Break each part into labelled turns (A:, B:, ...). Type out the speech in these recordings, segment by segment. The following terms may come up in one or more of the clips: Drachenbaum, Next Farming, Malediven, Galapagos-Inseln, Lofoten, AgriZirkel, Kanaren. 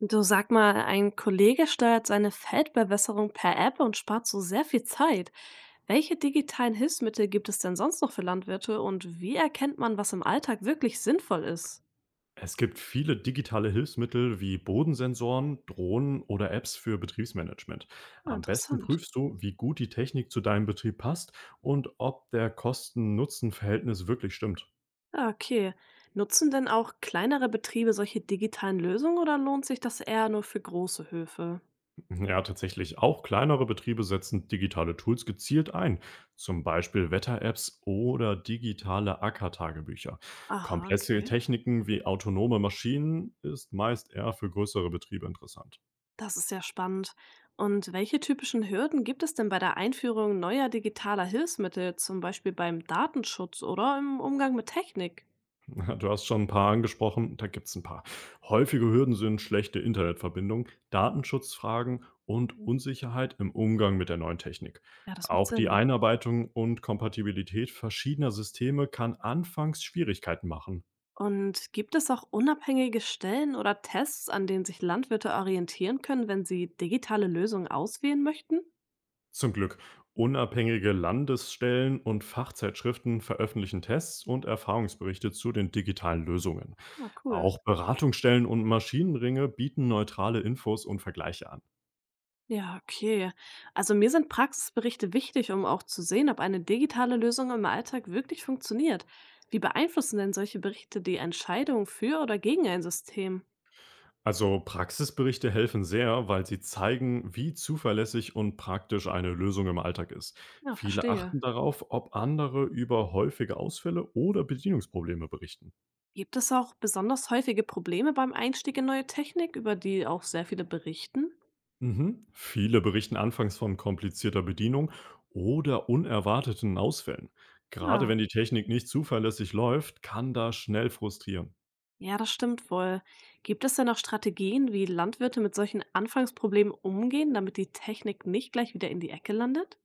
A: Du, sag mal, ein Kollege steuert seine Feldbewässerung per App und spart so sehr viel Zeit. Welche digitalen Hilfsmittel gibt es denn sonst noch für Landwirte und wie erkennt man, was im Alltag wirklich sinnvoll ist?
B: Es gibt viele digitale Hilfsmittel wie Bodensensoren, Drohnen oder Apps für Betriebsmanagement.
A: Ah,
B: Am besten
A: interessant.
B: prüfst du, wie gut die Technik zu deinem Betrieb passt und ob der Kosten-Nutzen-Verhältnis wirklich stimmt.
A: Ja, okay. Nutzen denn auch kleinere Betriebe solche digitalen Lösungen oder lohnt sich das eher nur für große Höfe?
B: Ja, tatsächlich. Auch kleinere Betriebe setzen digitale Tools gezielt ein, zum Beispiel Wetter-Apps oder digitale Ackertagebücher.
A: Aha,
B: Komplexe
A: okay.
B: Techniken wie autonome Maschinen ist meist eher für größere Betriebe interessant.
A: Das ist ja spannend. Und welche typischen Hürden gibt es denn bei der Einführung neuer digitaler Hilfsmittel, zum Beispiel beim Datenschutz oder im Umgang mit Technik?
B: Ja, du hast schon ein paar angesprochen, da gibt es ein paar. Häufige Hürden sind schlechte Internetverbindung, Datenschutzfragen und Unsicherheit im Umgang mit der neuen Technik.
A: Ja, das macht
B: Auch die
A: Sinn.
B: Einarbeitung und Kompatibilität verschiedener Systeme kann anfangs Schwierigkeiten machen.
A: Und gibt es auch unabhängige Stellen oder Tests, an denen sich Landwirte orientieren können, wenn sie digitale Lösungen auswählen möchten?
B: Zum Glück, unabhängige Landesstellen und Fachzeitschriften veröffentlichen Tests und Erfahrungsberichte zu den digitalen Lösungen.
A: Ja, cool.
B: Auch Beratungsstellen und Maschinenringe bieten neutrale Infos und Vergleiche an.
A: Ja, okay. Also mir sind Praxisberichte wichtig, um auch zu sehen, ob eine digitale Lösung im Alltag wirklich funktioniert. Wie beeinflussen denn solche Berichte die Entscheidung für oder gegen ein System?
B: Also Praxisberichte helfen sehr, weil sie zeigen, wie zuverlässig und praktisch eine Lösung im Alltag ist.
A: Ja,
B: Viele
A: verstehe.
B: achten darauf, ob andere über häufige Ausfälle oder Bedienungsprobleme berichten.
A: Gibt es auch besonders häufige Probleme beim Einstieg in neue Technik, über die auch sehr viele berichten?
B: Mhm. Viele berichten anfangs von komplizierter Bedienung oder unerwarteten Ausfällen. Gerade
A: Ja,
B: wenn die Technik nicht zuverlässig läuft, kann das schnell frustrieren.
A: ja, das stimmt wohl. Gibt es denn auch Strategien, wie Landwirte mit solchen Anfangsproblemen umgehen, damit die Technik nicht gleich wieder in die Ecke landet?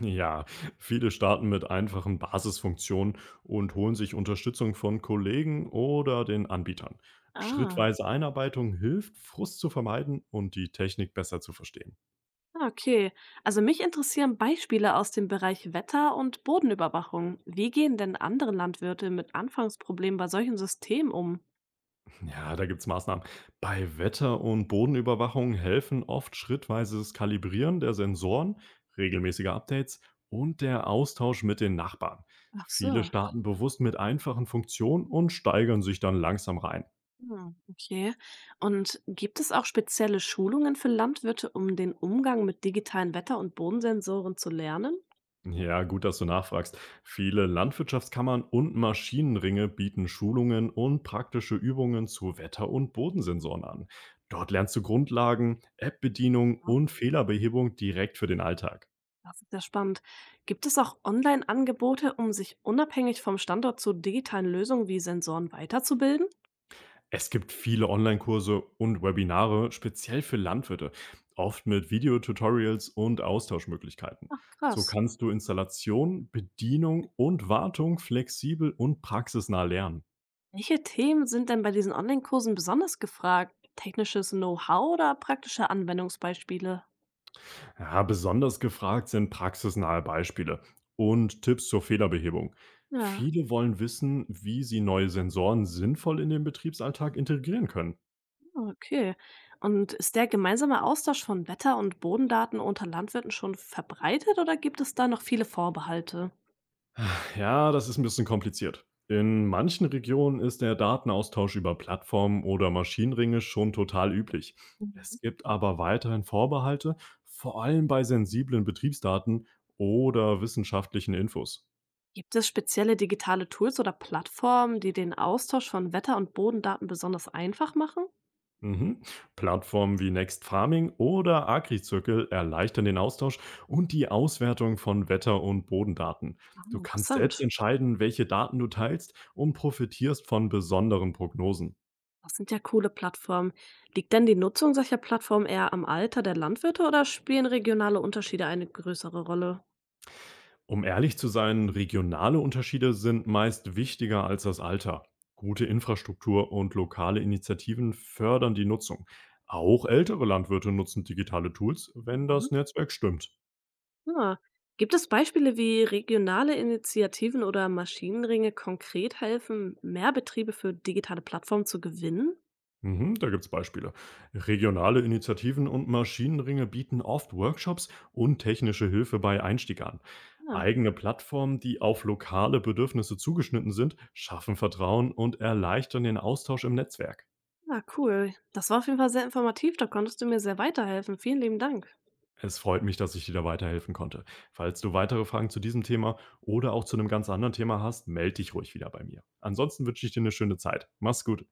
B: Ja, viele starten mit einfachen Basisfunktionen und holen sich Unterstützung von Kollegen oder den Anbietern.
A: Ah.
B: Schrittweise Einarbeitung hilft, Frust zu vermeiden und die Technik besser zu verstehen.
A: Ah, okay, also mich interessieren Beispiele aus dem Bereich Wetter- und Bodenüberwachung. Wie gehen denn andere Landwirte mit Anfangsproblemen bei solchen Systemen um?
B: Ja, da gibt's Maßnahmen. Bei Wetter- und Bodenüberwachung helfen oft schrittweises Kalibrieren der Sensoren, regelmäßige Updates und der Austausch mit den Nachbarn.
A: Ach
B: Viele
A: so.
B: starten bewusst mit einfachen Funktionen und steigern sich dann langsam rein.
A: Hm, okay. Und gibt es auch spezielle Schulungen für Landwirte, um den Umgang mit digitalen Wetter- und Bodensensoren zu lernen?
B: Ja, gut, dass du nachfragst. Viele Landwirtschaftskammern und Maschinenringe bieten Schulungen und praktische Übungen zu Wetter- und Bodensensoren an. Dort lernst du Grundlagen, App-Bedienung
A: Ja.
B: und Fehlerbehebung direkt für den Alltag.
A: Das ist ja spannend. Gibt es auch Online-Angebote, um sich unabhängig vom Standort zu digitalen Lösungen wie Sensoren weiterzubilden?
B: Es gibt viele Online-Kurse und Webinare speziell für Landwirte, oft mit Videotutorials und Austauschmöglichkeiten.
A: Ach,
B: So
A: krass.
B: kannst du Installation, Bedienung und Wartung flexibel und praxisnah lernen.
A: Welche Themen sind denn bei diesen Online-Kursen besonders gefragt? Technisches Know-how oder praktische Anwendungsbeispiele?
B: Ja, besonders gefragt sind praxisnahe Beispiele und Tipps zur Fehlerbehebung.
A: Ja,
B: Viele wollen wissen, wie sie neue Sensoren sinnvoll in den Betriebsalltag integrieren können.
A: okay. Und ist der gemeinsame Austausch von Wetter- und Bodendaten unter Landwirten schon verbreitet oder gibt es da noch viele Vorbehalte?
B: Ja, das ist ein bisschen kompliziert. In manchen Regionen ist der Datenaustausch über Plattformen oder Maschinenringe schon total üblich.
A: Mhm.
B: Es gibt aber weiterhin Vorbehalte, vor allem bei sensiblen Betriebsdaten oder wissenschaftlichen Infos.
A: Gibt es spezielle digitale Tools oder Plattformen, die den Austausch von Wetter- und Bodendaten besonders einfach machen?
B: Mhm. Plattformen wie Next Farming oder AgriZirkel erleichtern den Austausch und die Auswertung von Wetter- und Bodendaten.
A: Ah,
B: Du kannst selbst
A: interessant.
B: entscheiden, welche Daten du teilst und profitierst von besonderen Prognosen.
A: Das sind ja coole Plattformen. Liegt denn die Nutzung solcher Plattformen eher am Alter der Landwirte oder spielen regionale Unterschiede eine größere Rolle?
B: Um ehrlich zu sein, regionale Unterschiede sind meist wichtiger als das Alter. Gute Infrastruktur und lokale Initiativen fördern die Nutzung. Auch ältere Landwirte nutzen digitale Tools, wenn
A: Mhm.
B: das Netzwerk stimmt.
A: Ah, gibt es Beispiele, wie regionale Initiativen oder Maschinenringe konkret helfen, mehr Betriebe für digitale Plattformen zu gewinnen?
B: Mhm, da gibt's Beispiele. Regionale Initiativen und Maschinenringe bieten oft Workshops und technische Hilfe bei Einstieg an.
A: Ja,
B: Eigene Plattformen, die auf lokale Bedürfnisse zugeschnitten sind, schaffen Vertrauen und erleichtern den Austausch im Netzwerk.
A: ah, cool. Das war auf jeden Fall sehr informativ. Da konntest du mir sehr weiterhelfen. Vielen lieben Dank.
B: Es freut mich, dass ich dir da weiterhelfen konnte. Falls du weitere Fragen zu diesem Thema oder auch zu einem ganz anderen Thema hast, melde dich ruhig wieder bei mir. Ansonsten wünsche ich dir eine schöne Zeit. Mach's gut.